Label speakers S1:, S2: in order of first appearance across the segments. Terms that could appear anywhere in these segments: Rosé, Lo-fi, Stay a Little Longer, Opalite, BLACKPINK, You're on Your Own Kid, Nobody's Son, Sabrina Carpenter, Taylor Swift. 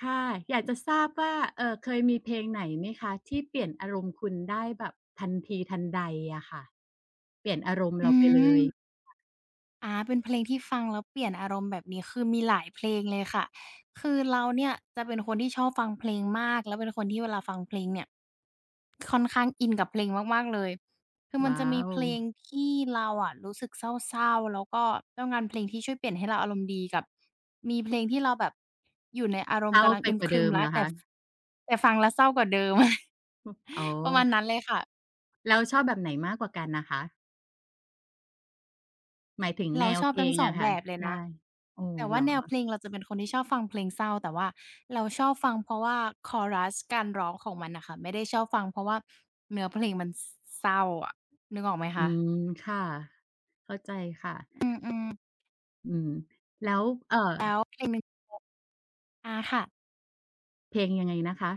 S1: ค่ะอยากจะทราบว่าเคยมีเพลงไหนไหมคะที่เปลี่ยนอารมณ์คุณได้แบบทันทีทันใดอะค่ะเปลี่ยนอารมณ์
S2: อื
S1: เราไปเลย
S2: มอาเป็นเพลงที่ฟังแล้วเปลี่ยนอารมณ์แบบนี้คือมีหลายเพลงเลยค่ะคือเราเนี่ยจะเป็นคนที่ชอบฟังเพลงมากแล้วเป็นคนที่เวลาฟังเพลงเนี่ยค่อนข้างอินกับเพลงมากๆเลยคือมัน
S1: ว้า
S2: จะมี
S1: ว
S2: เพลงที่เราอะรู้สึกเศร้าๆแล้วก็ต้องการเพลงที่ช่วยเปลี่ยนให้เราอารมณ์ดีกับมีเพลงที่เราแบบอยู่ในอารม
S1: เศ
S2: ณ์
S1: ร้า
S2: กำลัง
S1: ไป
S2: อึม
S1: กว่า
S2: ครึ
S1: เดิ
S2: ม
S1: ม
S2: แล้
S1: เหร
S2: ว
S1: อ
S2: แต่
S1: คะ
S2: แต่ฟังแล้วเศร้ากว่าเดิม
S1: อ๋อ
S2: ประมาณนั้นเลยค่ะ
S1: แล้วชอบแบบไหนมากกว่ากันน่ะคะหมายถึงแน
S2: เรา
S1: ว
S2: ชอบ
S1: เพล
S2: ทั้ง
S1: ง
S2: สอง
S1: อะ
S2: แบ
S1: ค่ะ
S2: บเลย
S1: ใช่
S2: นะ
S1: โอ้
S2: แต่
S1: เหร
S2: ว่า
S1: อ
S2: แนวเพลงเราจะเป็นคนที่ชอบฟังเพลงเศร้าแต่ว่าเราชอบฟังเพราะว่าคอรัสการร้องของมันน่ะค่ะไม่ได้ชอบฟังเพราะว่าเนื้อเพลงมันสเศร้าอะนึกออกไหม
S1: อื
S2: คะ
S1: มค่ะเข้าใจค่ะ
S2: อืมๆ
S1: อืมแล้วเอ่อ
S2: แล้วเพลงหนึ่งอาค่ะ
S1: เพลงยังไงนะคะ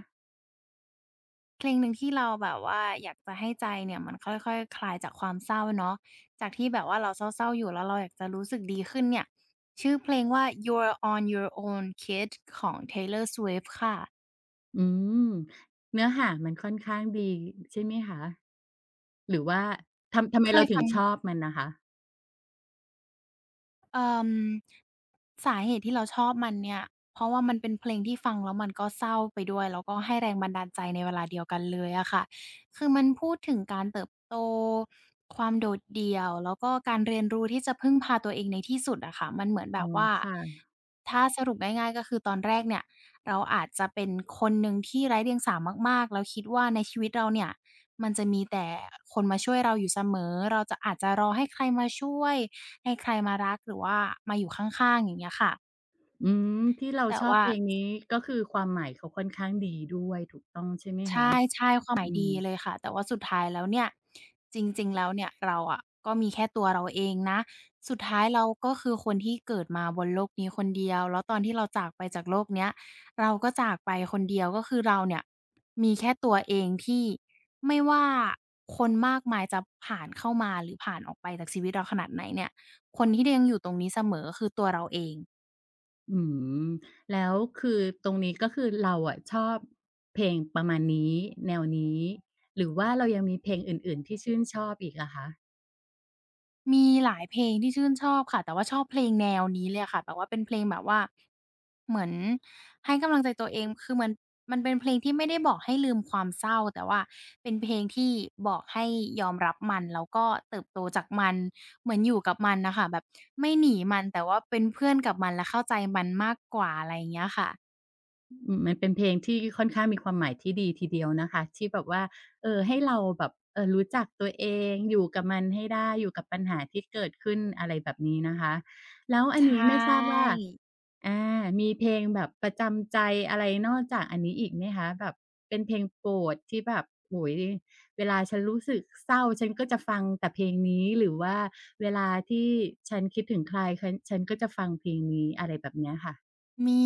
S2: เพลงหนึ่งที่เราแบบว่าอยากจะให้ใจเนี่ยมันค่อยๆคลายจากความเศร้าเนาะจากที่แบบว่าเราเศร้าๆอยู่แล้วเราอยากจะรู้สึกดีขึ้นเนี่ยชื่อเพลงว่า You're on Your Own Kid ของ Taylor Swift ค่ะ
S1: อืมเนื้อหามันค่อนข้างดีใช่ไหมคะหรือว่าทำไม
S2: เค
S1: เรา
S2: ย
S1: ถึ
S2: ฟั
S1: ง
S2: ง
S1: ชอบมันน่ะคะ
S2: เอ่อสาเหตุที่เราชอบมันเนี่ยเพราะว่ามันเป็นเพลงที่ฟังแล้วมันก็เศร้าไปด้วยแล้วก็ให้แรงบันดาลใจในเวลาเดียวกันเลยอะค่ะคือมันพูดถึงการเติบโตความโดดเดี่ยวแล้วก็การเรียนรู้ที่จะพึ่งพาตัวเองในที่สุดอะค่ะมันเหมือนแบ
S1: อ๋อ
S2: บว่า
S1: ค่ะ
S2: ถ้าสรุปง่ายๆก็คือตอนแรกเนี่ยเราอาจจะเป็นคนหนึ่งที่ไร้เดียงสามากๆแล้วคิดว่าในชีวิตเราเนี่ยมันจะมีแต่คนมาช่วยเราอยู่เสมอเราจะอาจจะรอให้ใครมาช่วย ให้ใครมารักหรือว่ามาอยู่ข้างๆอย่างเงี้ยค่ะ
S1: อืมที่เรา
S2: แต่
S1: ชอบ
S2: ว่า
S1: เพลงนี้ก็คือความหมายเขาค่อนข้างดีด้วยถูกต้องใช่ไหม
S2: ใ
S1: คะ
S2: ช่ๆความห
S1: อื
S2: มาย
S1: ม
S2: ดีเลยค่ะแต่ว่าสุดท้ายแล้วเนี่ยจริงๆแล้วเนี่ยเราอะก็มีแค่ตัวเราเองนะสุดท้ายเราก็คือคนที่เกิดมาบนโลกนี้คนเดียวแล้วตอนที่เราจากไปจากโลกเนี้ยเราก็จากไปคนเดียวก็คือเราเนี่ยมีแค่ตัวเองที่ไม่ว่าคนมากมายจะผ่านเข้ามาหรือผ่านออกไปจากชีวิตเราขนาดไหนเนี่ยคนที่ยังอยู่ตรงนี้เสมอคือตัวเราเอง
S1: อืมแล้วคือตรงนี้ก็คือเราอะชอบเพลงประมาณนี้แนวนี้หรือว่าเรายังมีเพลงอื่นๆ ที่ชื่นชอบอีกอะคะ
S2: มีหลายเพลงที่ชื่นชอบค่ะแต่ว่าชอบเพลงแนวนี้เลยอะค่ะแบบว่าเป็นเพลงแบบว่าเหมือนให้กำลังใจตัวเองคือมันเป็นเพลงที่ไม่ได้บอกให้ลืมความเศร้าแต่ว่าเป็นเพลงที่บอกให้ยอมรับมันแล้วก็เติบโตจากมันเหมือนอยู่กับมันน่ะค่ะแบบไม่หนีมันแต่ว่าเป็นเพื่อนกับมันและเข้าใจมันมากกว่าอะไรอย่างเงี้ยค่ะ
S1: อืมมันเป็นเพลงที่ค่อนข้างมีความหมายที่ดีทีเดียวนะคะที่แบบว่าเออให้เราแบบรู้จักตัวเองอยู่กับมันให้ได้อยู่กับปัญหาที่เกิดขึ้นอะไรแบบนี้นะคะแล้วอั
S2: ใช
S1: นนี้ไม่ทราบว่า
S2: ่
S1: อามีเพลงแบบประจำใจอะไรนอกจากอันนี้อีกไหมคะแบบเป็นเพลงโปรดที่แบบโอ้โฮเวลาฉันรู้สึกเศร้าฉันก็จะฟังแต่เพลงนี้หรือว่าเวลาที่ฉันคิดถึงใครฉันก็จะฟังเพลงนี้อะไรแบบเนี้ยค่ะ
S2: มี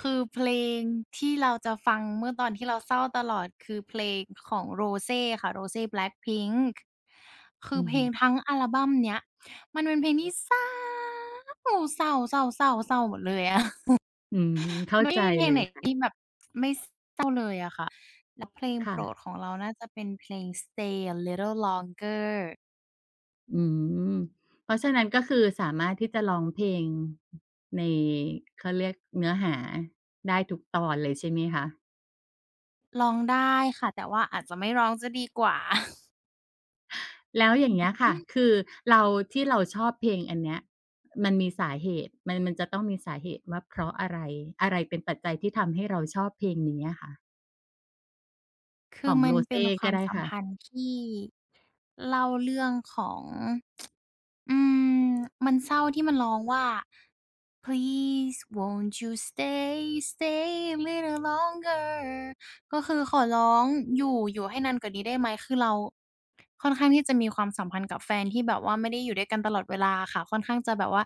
S2: คือเพลงที่เราจะฟังเมื่อตอนที่เราเศร้าตลอดคือเพลงของ Rosé ค่ะ Rosé BLACKPINK คือ
S1: อือ
S2: เพล
S1: ฮึ
S2: งทั้งอัลบัมเนี้ยมันเป็นเพลงที่เศร้าเศร้าๆๆๆหมดเลยอะ
S1: อืมเข้า
S2: มัน
S1: ใจ
S2: ไม่มีเพล
S1: เล
S2: งไห
S1: ย
S2: น
S1: ค่ะ
S2: ที่แบบไม่เศร้าเลยอะค่ะแล้วเพลงโป
S1: ค่ะ
S2: รดของเราน่าจะเป็นเพลง Stay a Little Longer
S1: อืมเพราะฉะนั้นก็คือสามารถที่จะร้องเพลงในเขาเรียกเนื้อหาได้ทุกตอนเลยใช่ไหมคะ
S2: ร้องได้ค่ะแต่ว่าอาจจะไม่ร้องจะดีกว่า
S1: แล้วอย่างเงี้ยค่ะคือเราที่เราชอบเพลงอันเนี้ยมันมีสาเหตุมันจะต้องมีสาเหตุว่าเพราะอะไรอะไรเป็นปัจจัยที่ทำให้เราชอบเพลงนี้อะค่ะ
S2: คื
S1: ข
S2: อ
S1: อง
S2: มันเป็น
S1: Rosé
S2: ค
S1: ก็
S2: วาม
S1: ได้
S2: สัม
S1: ค่ะ
S2: พันธ์ที่เล่าเรื่องของ อืมมันเศร้าที่มันร้องว่า Please won't you stay stay a little longer ก็คือขอร้องอยู่ให้นานกว่านี้ได้ไหมคือเราค่อนข้างที่จะมีความสัมพันธ์กับแฟนที่แบบว่าไม่ได้อยู่ด้วยกันตลอดเวลาค่ะค่อนข้างจะแบบว่า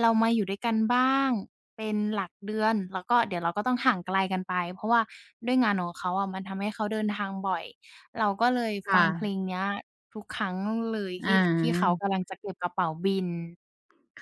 S2: เรามาอยู่ด้วยกันบ้างเป็นหลักเดือนแล้วก็เดี๋ยวเราก็ต้องห่างไกลกันไปเพราะว่าด้วยงานของเขาอะมันทำให้เขาเดินทางบ่อยเราก็เลยฟั
S1: ค่ะ
S2: งเพลงเนี้ย ทุกครั้งเลย
S1: อะฮ
S2: ที่เขา
S1: ะ
S2: กำลังจะเก็บกระเป๋าบิน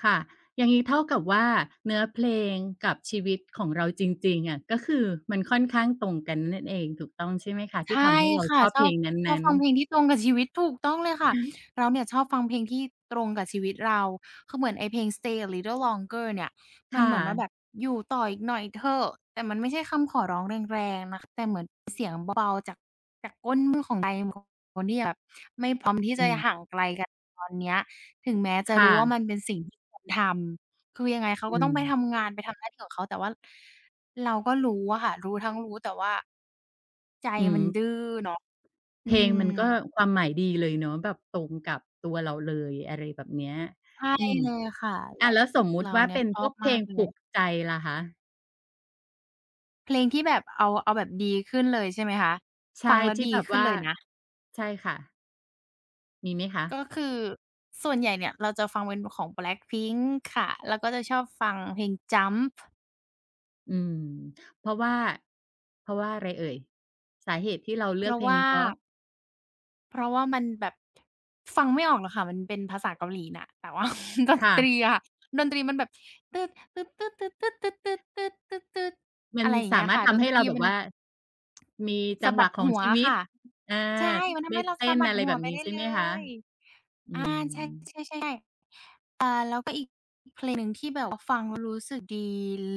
S1: ค่ะอย่างนี้เท่ากับว่าเนื้อเพลงกับชีวิตของเราจริงๆอะก็คือมันค่อนข้างตรงกันนั่นเองถูกต้องใช่ไหมคะที่
S2: ใช่
S1: ทำให้เรา
S2: ค่ะ
S1: ชอบ
S2: ช
S1: เพ
S2: อ
S1: ล
S2: บ
S1: งน
S2: ชอบ
S1: ั้น
S2: ฟังเพลง
S1: ๆ
S2: ที่ตรงกับชีวิตถูกต้องเลยค่ะเราเนี่ยชอบฟังเพลงที่ตรงกับชีวิตเราคือเหมือนไอ้เพลง "Stay a Little Longer" เนี่ยมันเห
S1: ค่ะ
S2: มือนว่าแบบอยู่ต่ออีกหน่อยเถอะแต่มันไม่ใช่คำขอร้องแรงๆนะคะแต่เหมือน คนที่แบบไม่พร้อมที่จะ
S1: อื
S2: ห่า
S1: ม
S2: งไกลกันตอนเนี้ยถึงแม้จะ
S1: ค่ะ
S2: รู้ว่ามันเป็นสิ่งที่ควรทำคือยังไงเขาก็
S1: อื
S2: ต้อง
S1: ม
S2: ไปทำงานไปทำหน้าที่ของเขาแต่ว่าเราก็รู้อะค่ะรู้ทั้งรู้แต่ว่าใจ
S1: อืม
S2: มันดื้อเนาะอื
S1: เพลงมัน
S2: ม
S1: ก็ความหมายดีเลยเนาะแบบตรงกับตัวเราเลยอะไรแบบเนี้ย
S2: ใช่
S1: อืม
S2: เลยค่ะเรา
S1: อาแล้วสมมุ
S2: เรา
S1: ติว่า
S2: เนี่ย
S1: เป็น
S2: ชอ
S1: พ
S2: บ
S1: วกเพ
S2: มา
S1: ล
S2: ก
S1: ง
S2: เล
S1: ปลุ
S2: ย
S1: กใจล่ะคะ
S2: เพลงที่แบบเอาแบบดีขึ้นเลยใช่ไหมคะฟั
S1: ใช่
S2: งแล้ว
S1: ที่
S2: ดี
S1: แบบ
S2: ขึ้น
S1: ว่า
S2: เลยนะ
S1: ใช่ค่ะมีไหมคะ
S2: ก็คือส่วนใหญ่เนี่ยเราจะฟังเป็นของ Blackpink ค่ะแล้วก็จะชอบฟังเพลง Jump
S1: อืมเพราะว่าอะไรเอ่ยสาเหตุที่เรา
S2: เพ
S1: เลือก
S2: ราะ
S1: เพลง
S2: ว่า
S1: นี้เพราะ
S2: เพราะว่ามันแบบฟังไม่ออกหรอกค่ะมันเป็นภาษาเกาหลีน่ะแต่ว่า ดนตรี
S1: ค่ะ
S2: อะค่ะดนตรีมันแบบ
S1: มัน
S2: อะไรอย่าง
S1: สา
S2: เงี้ย
S1: มารถ
S2: ค่ะด
S1: ทำ
S2: น
S1: ให้
S2: ตรี
S1: เราแบบ
S2: มัน
S1: ว่ามีจั
S2: สะ
S1: งห
S2: บั
S1: วะ
S2: ด
S1: ของ
S2: หัว
S1: ชี
S2: อะ
S1: วิต
S2: ค่ะ
S1: อา
S2: ใช่มันทำ
S1: ได้
S2: ให้เรา
S1: เต้
S2: สะ
S1: น
S2: บัด
S1: อะไร
S2: หั
S1: แบ
S2: ว
S1: บ
S2: ไป
S1: นี้
S2: ได้
S1: ใช่
S2: เล
S1: ไหมคะ
S2: ยอา
S1: อืม
S2: ใช่ๆแล้วก็อีก รู้สึกดี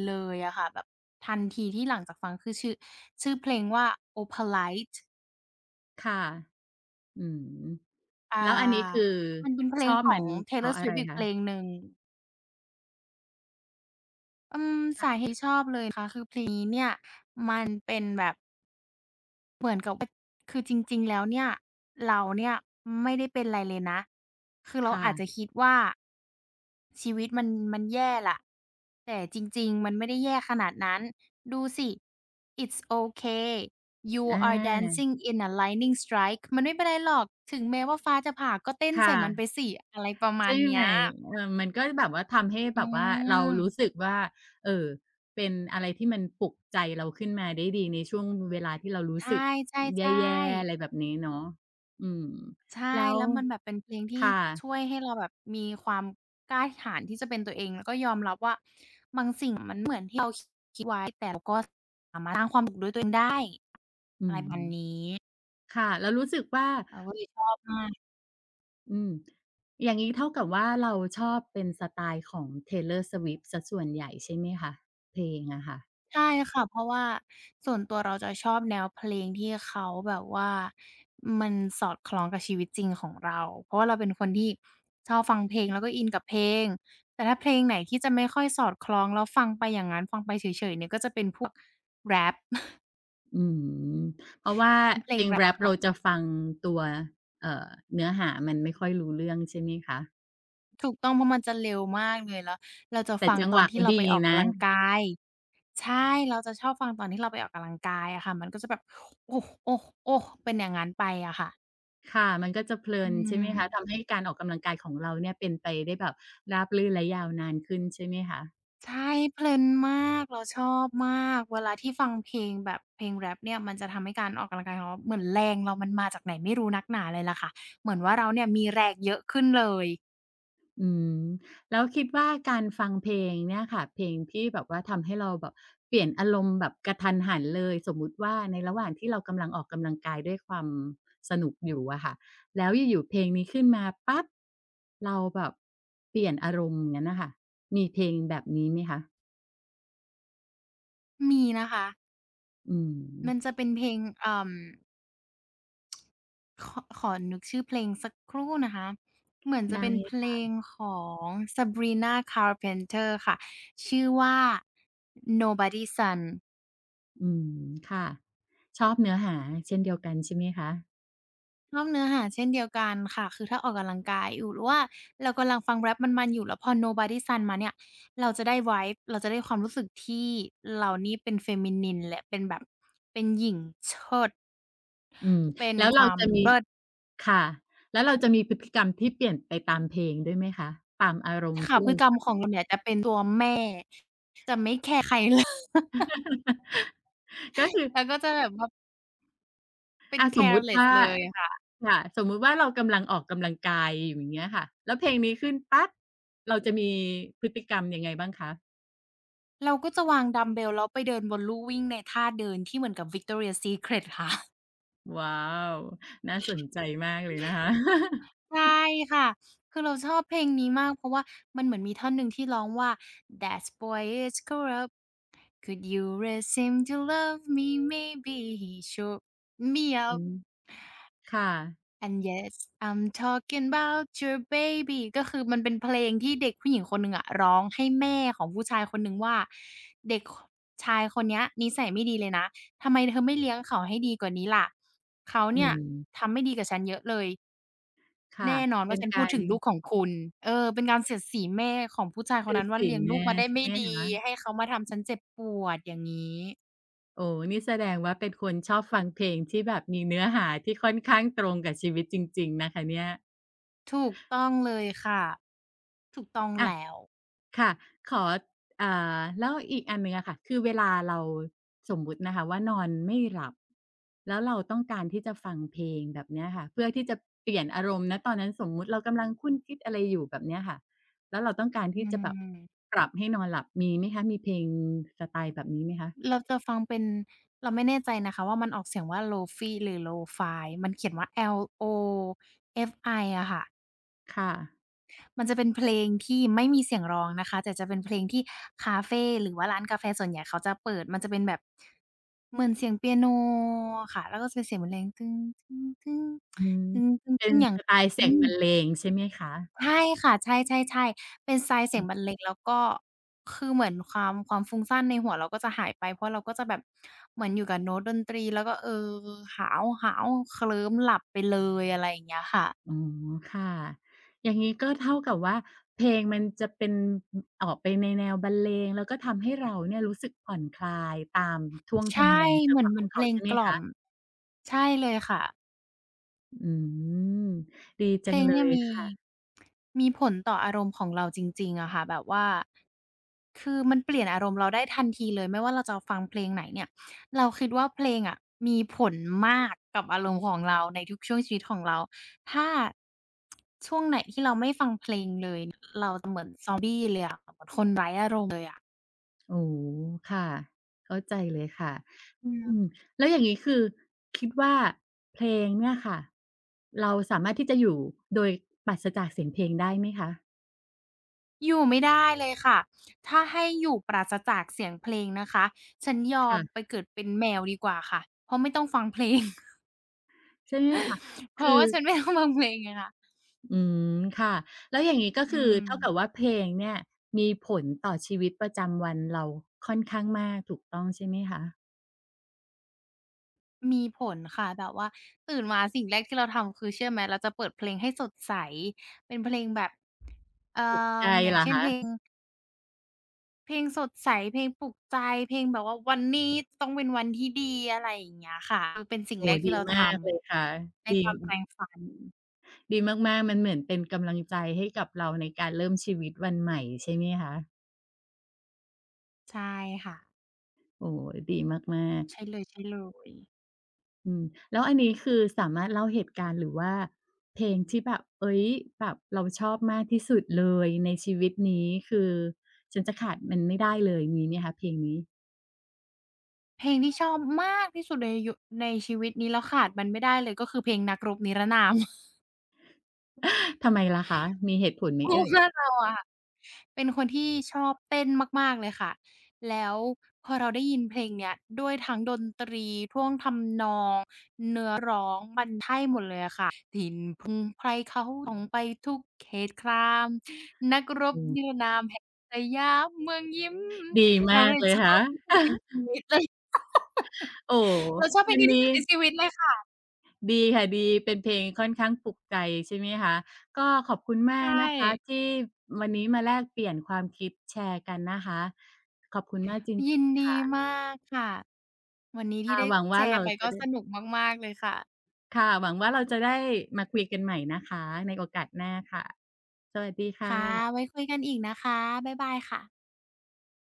S2: เลยอะค่ะแบบทันทีที่หลังจากฟังคือชื่อเพลงว่า "Opalite"
S1: ค่ะอืม
S2: อ่
S1: แล้วอันนี้คือ
S2: ามันเป็นเพล
S1: ชอ
S2: ง
S1: บ
S2: ขอ
S1: มั
S2: ง
S1: นเพราะ
S2: Taylor
S1: อะไร
S2: Swift อีก
S1: คะ
S2: เพลงหนึ่ง อืมสา
S1: ค่ะ
S2: เหตุที่ชอบเลยนะคะคือเพลงนี้เนี่ยมันเป็นแบบเหมือนกับว่าคือจริงๆแล้วเนี่ยเราเนี่ยไม่ได้เป็นไรเลยนะคือเรา
S1: ค่ะ
S2: อาจจะคิดว่าชีวิตมันแย่ล่ะแต่จริงๆมันไม่ได้แย่ขนาดนั้นดูสิ It's okay you
S1: อ
S2: are
S1: า
S2: dancing in a lightning strike มันไม่เป็นไรหรอกถึงแม้ว่าฟ้าจะผ่าก็เต้น
S1: ค่ะ
S2: ใส่มันไปสิอะไรประมาณ
S1: ใช่ไห
S2: เนี้
S1: ม
S2: ย
S1: เออมันก็แบบว่าทำให้
S2: อื
S1: แบบว่าเรา
S2: ม
S1: รู้สึกว่าเอ่อเป็นอะไรที่มันปลุกใจเราขึ้นมาได้ดีในช่วงเวลาที่เรารู้
S2: ใช
S1: สึก
S2: ่
S1: แย่
S2: ๆ
S1: ๆอะไร
S2: ๆ
S1: แบบนี้เนาะอืม
S2: ใช่
S1: แล้ว
S2: แล้วมันแบบเป็นเพลงที่
S1: ค่ะ
S2: ช่วยให้เราแบบมีความกล้าหาญที่จะเป็นตัวเองแล้วก็ยอมรับว่ามันตัวเองได้
S1: อื
S2: อะไร
S1: ม
S2: ประมาณ
S1: ค่ะแล้วรู้สึกว่า
S2: เราก็เลยชอบมาก
S1: อืมอย่างงี้เท่ากับว่าเราชอบเป็นสไตล์ของ Taylor Swift เสียส่วนใหญ่ใช่ไหมคะเพลงอะค่ะ
S2: ใช่ค่ะเพราะว่าส่วนตัวเราจะชอบแนวเพลงที่เขาแบบว่ามันสอดคล้องกับชีวิตจริงของเราเพราะว่าเราเป็นคนที่ชอบฟังเพลงแล้วก็อินกับเพลงแต่ถ้าเพลงไหนที่จะไม่ค่อยสอดคล้องแล้วฟังไปอย่างงั้นฟังไปเฉยๆเนี่ยก็จะเป็นพวกแร็ป
S1: อืมเพราะว่า
S2: เป็นเพล
S1: เพ
S2: ง
S1: ลง
S2: แร็ป
S1: แร็ป
S2: ค่ะ
S1: เราจะฟังตัวเอ่อเนื้อหามันไม่ค่อยรู้เรื่องใช่ไหมคะ
S2: ถูกต้องเพราะมันจะเร็วมากเลยแล้วเราจะ
S1: แต่
S2: ฟัง
S1: จัง
S2: ต
S1: ห
S2: อน
S1: วะ
S2: ที่
S1: เขา
S2: เราไป
S1: ดี
S2: ออก
S1: นะ
S2: กำลังกายใช่เราจะชอบฟังตอนที่เราไปออกกำลังกายอะค่ะมันก็จะแบบโอ้ๆๆเป็นอย่างงั้นไปอะค่ะ
S1: ค่ะมันก็จะเพลิ
S2: อื
S1: นใช่ไหมคะทำ
S2: ม
S1: ให้การออกกำลังกายของเราเนี่ยเป็นไปได้แบบราบรื่นและยาวนานขึ้นใช่ไหมคะ
S2: ใช่เพลินมากเราชอบมากเวลาที่ฟังเพลงแบบเพลงแร็ปเนี่ยมันจะทำให้การออกกำลังกายของเราเหมือนแรงเรามันมาจากไหนไม่รู้นักหนาเลยล่ะค่ะเหมือนว่าเราเนี่ยมีแรงเยอะขึ้นเลย
S1: อืมแล้วคิดว่าการฟังเพลงเนี่ยค่ะเพลงที่แบบว่าทำให้เราแบบเปลี่ยนอารมณ์แบบกระทันหันเลยสมมุติว่าในระหว่างที่เรากำลังออกกำลังกายด้วยความสนุกอยู่อะค่ะแล้วอยู่ๆเพลงนี้ขึ้นมาปั๊บเราแบบเปลี่ยนอารมณ์อย่างนั้นน่ะค่ะมีเพลงแบบนี้ไหมคะ
S2: มีนะคะ
S1: อืม
S2: มันจะเป็นเพลงขอนึกชื่อเพลงสักครู่นะคะเหมือนจะ
S1: ได้
S2: เป็นเพลงของ Sabrina Carpenter ค่ะชื่อว่า Nobody's Son
S1: อืมค่ะชอบเนื้อหาเช่นเดียวกันใช่ไหมคะ
S2: ชอบเนื้อหาเช่นเดียวกันค่ะคือถ้าออกกำลังกายอยู่หรือว่าเรากำลังฟังแรปมันๆอยู่แล้วพอ Nobody's Son มาเนี่ยเราจะได้ vibe เราจะได้ความรู้สึกที่เรานี่เป็น feminine และเป็นแบบเป็นหญิงเชิด
S1: อืม
S2: เป็น
S1: แล้ว
S2: ค
S1: เรา
S2: วาม
S1: จะมี
S2: เลิศ
S1: ค่ะแล้วเราจะมีพฤติกรรมที่เปลี่ยนไปตามเพลงด้วยไหมคะตามอารมณ์
S2: ค่ะ
S1: ที่
S2: พฤติกรรม
S1: เรา
S2: ของเราเนี่ยจะเป็นตัวแม่ใคร เลิศ
S1: ก็คือ
S2: แล้วก็จะแบบว่า เป็น
S1: อาสมมุติ
S2: careless
S1: ว่า
S2: เลยค่ะ
S1: ค่ะสมมุติว่าเรากำลังออกกำลังกายอยู่อย่างเงี้ยค่ะแล้วเพลงนี้ขึ้นปั๊บเราจะมีพฤติกรรมยังไงบ้างคะ
S2: เราก็จะวางดัมบ์เบลแล้วไปเดินบนลู่วิ่งในท่าเดินที่เหมือนกับ Victoria's Secret ค่ะ
S1: ว้าวน่าสนใจมากเลยนะคะ
S2: ใช่ค่ะคือเราชอบเพลงนี้มากเพราะว่ามันเหมือนมีท่อนหนึ่งที่ร้องว่า "That boy is corrupt. Could you raise him to love me? Maybe he shook me
S1: อื
S2: up."
S1: มค่ะ
S2: And yes, I'm talking about your baby ก็คือมันเป็นเพลงที่เด็กผู้หญิงคนหนึ่งอะร้องให้แม่ของผู้ชายคนหนึ่งว่าเด็กชายคนเนี้ยนิสัยไม่ดีเลยนะทำไมเธอไม่เลี้ยงเขาให้ดีกว่านี้ล่ะเขา
S1: อื
S2: เนี่ย
S1: ม
S2: ทำไม่ดีกับฉันเยอะเลย
S1: ค่ะ
S2: แน่นอน
S1: เป็
S2: ว่า
S1: น
S2: ฉันพูด
S1: การ
S2: ถึงลูกของคุณเออเป็นการเสียดสีแม่ของผู้ชายคน
S1: คือ
S2: นั้นว่า
S1: ศี
S2: เลี้
S1: ล
S2: ยงลูก
S1: แน่
S2: มาได้
S1: ใช่
S2: ไม่
S1: ไหม
S2: ดี
S1: คะ
S2: ให้เขามาทำฉันเจ็บปวดอย่างนี้
S1: โอ้นี่แสดงว่าเป็นคนชอบฟังเพลงที่แบบมีเนื้อหาที่ค่อนข้างตรงกับชีวิตจริงๆนะคะเนี่ย
S2: ถูกต้องเลยค่ะถูกต้อง
S1: อะ
S2: แล้ว
S1: ค่ะขออ่าแล้วอีกอันหนึ่งอะค่ะคือเวลาเราสมมุตินะคะว่านอนไม่หลับแล้วเราต้องการที่จะฟังเพลงแบบเนี้ยค่ะเพื่อที่จะเปลี่ยนอารมณ์ณตอนนั้นสมมุติเรากำลังคลุ่นคิดอะไรอยู่แบบเนี้ยค่ะแล้วเราต้องการ
S2: อื
S1: ที่จะแบบ
S2: ม
S1: ปรับให้นอนหลับมีไหมคะมีเพลงสไตล์แบบนี้ไหมคะ
S2: เราจะฟังเป็นเราไม่แน่ใจนะคะว่ามันออกเสียงว่า Lo-fi หรือ Lo-fi มันเขียนว่า LOFI อะค่ะ
S1: ค่ะ
S2: มันจะเป็นเพลงที่ไม่มีเสียงร้องนะคะแต่จะเป็นเพลงที่คาเฟหรือว่าร้านกาแฟส่วนใหญ่เขาจะเปิดมันจะเป็นแบบเหมือนเสียงเปียโนอะค่ะแล้วก็จะเป็นเสียงบรรเลง
S1: อืม
S2: อย่า
S1: เป็น
S2: ง
S1: สไตล์เสี
S2: อื
S1: ยง
S2: ม
S1: บรรเลงใช่ไหมคะ
S2: ใช่ค่ะใช่ๆๆเป็นทรายเสียงบรรเลงแล้วก็คือเหมือนความฟุ้งซ่านในหัวเราก็จะหายไปเพราะเราก็จะแบบเหมือนอยู่กับโน้ตดนตรีแล้วก็เออหาวๆเคลิ้มหลับไปเลยอะไรอย่างเงี้ยค่ะ
S1: อ๋อค่ะอย่างงี้ก็เท่ากับว่าเพลงมันจะเป็นออกไปในแนวบรรเลงแล้วก็ทำให้เราเนี่ยรู้สึกผ่อนคลายตามท่วงทำ
S2: ใช่
S1: นองจั
S2: เห
S1: ง
S2: มื
S1: ห
S2: อน
S1: วะ
S2: เห
S1: ข
S2: มือ
S1: อ
S2: น
S1: ง
S2: เพ
S1: เขา
S2: ลง
S1: ใช่ไหม
S2: กล่อม
S1: คะ
S2: ใช่เลยค่ะ
S1: อืมดี
S2: เพ
S1: จั
S2: ล
S1: ง
S2: ง
S1: เล
S2: เนี่ย
S1: ย
S2: มี
S1: ค่ะ
S2: มีผลต่ออารมณ์ของเราจริงๆอะค่ะแบบว่าคือมันเปลี่ยนอารมณ์เราได้ทันทีเลยไม่ว่าเราจะฟังเพลงไหนเนี่ยเราคิดว่าเพลงอะมีผลมากกับอารมณ์ของเราในทุกช่วงชีวิตของเราถ้า
S1: โอ้โฮค่ะเข้าใจเลยค่ะ
S2: อื
S1: อืม
S2: ม
S1: แล้วอย่างงี้คือคิดว่าเพลงเนี่ยค่ะเราสามารถที่จะอยู่โดยปราศจากเสียงเพลงได้ไหมคะ
S2: อยู่ไม่ได้เลยค่ะถ้าให้อยู่ปราศจากเสียงเพลงนะคะฉันยอมไป
S1: ค่ะ
S2: เกิดเป็นแมวดีกว่าค่ะเพราะไม่ต้องฟังเพลง
S1: ใช่ไหมคะ
S2: เพ
S1: คื
S2: ราะ
S1: อ
S2: ว่าฉันไม่ต้องฟังเพลงไงคะ
S1: อืมค่ะแล้วอย่างงี้ก็
S2: อื
S1: คือเท่ากับ
S2: ม
S1: ว่าเพลงเนี่ยมีผลต่อชีวิตประจำวันเราค่อนข้างมากถูกต้องใช่ไหมคะ
S2: มีผลค่ะแบบว่าตื่นมาสิ่งแรกที่เราทำคือเชื่อไหมเราจะเปิดเพลงให้สดใสเป็นเพลงแบบเอ่
S1: ใจ
S2: ออย่า
S1: เห
S2: ง
S1: รอ
S2: เช่น
S1: คะ
S2: เพลงสดใสเพลงปลุกใจเพลงแบบว่าวันนี้ต้องเป็นวันที่ดีอะไรอย่างเงี้ยค่ะคือเป็นสิ่ง
S1: โอ้
S2: แร
S1: โฮ
S2: กที่
S1: ดี
S2: เราท
S1: มากเลยค่ะ
S2: ำใน
S1: ดี
S2: ตอนแปรงฟัน
S1: ดีมากๆมันเหมือนเป็นกำลังใจให้กับเราในการเริ่มชีวิตวันใหม่ใช่ไหมคะ
S2: ใช่ค่ะ
S1: โอ้โฮดีมาก
S2: ใช่เลยๆ
S1: ๆอืมแล้วอันนี้คือสามารถเล่าเหตุการณ์หรือว่าเพลงที่แบบเฮ้ยแบบเราชอบมากที่สุดเลยในชีวิตนี้คือฉันจะขาดมันไม่ได้เลยมีไหมคะเพลงนี้
S2: เพลงที่ชอบมากที่สุดในชีวิตนี้แล้วขาดมันไม่ได้เลยก็คือเพลงนักรบนิรนาม
S1: ทำไมล่ะคะ มีเหตุผล ไหม
S2: เพราะ
S1: เอ่ย
S2: ว่าเราอะ เป็นคนที่ชอบเต้นมากๆเลยค่ะแล้วพอเราได้ยินเพลงเนี้ยด้วยทั้งดนตรีท่วงทำนองอืมไพรเขาะส่องไปทุกเขตครามนักรบ
S1: อื
S2: นิร
S1: ม
S2: นามแห่งสยามเมืองยิ้ม
S1: ดี
S2: เรา
S1: มา
S2: ก็
S1: ก
S2: เลย
S1: เลย
S2: ชอ
S1: คะ
S2: บที่สุดใน ชีวิตเลย
S1: โอ้โฮ
S2: เราชอบเพล
S1: วั
S2: ง
S1: น
S2: นี้ที่สุ
S1: นี้
S2: ดในชีวิตเลยค่ะ
S1: ดีค่ะดี เป็นเพลงค่อนข้างปลุกใจใช่ไหมคะ ก็ขอบคุณมาก
S2: ใช่
S1: นะคะที่วันนี้มาแลกเปลี่ยนความคิดแชร์กันนะคะ ขอบคุณมากจร
S2: ยิ
S1: ิ
S2: น
S1: ง
S2: ดี
S1: ๆค่ะ
S2: มากค่ะวันนี้ที่
S1: ค่ะ
S2: ได้
S1: หวัง
S2: แช
S1: ว่า
S2: ร์
S1: เรา
S2: ไป
S1: จะ
S2: ก็
S1: ได้
S2: สนุกมากๆเลยค่ะ
S1: ค่ะหวังว่าเราจะได้มาคุยกันใหม่นะคะในโอกาสหน้าค่ะ สวัสดีค่
S2: ค่ะ
S1: ะ
S2: ไว้คุยกันอีกนะคะบ๊ายบายค่ะ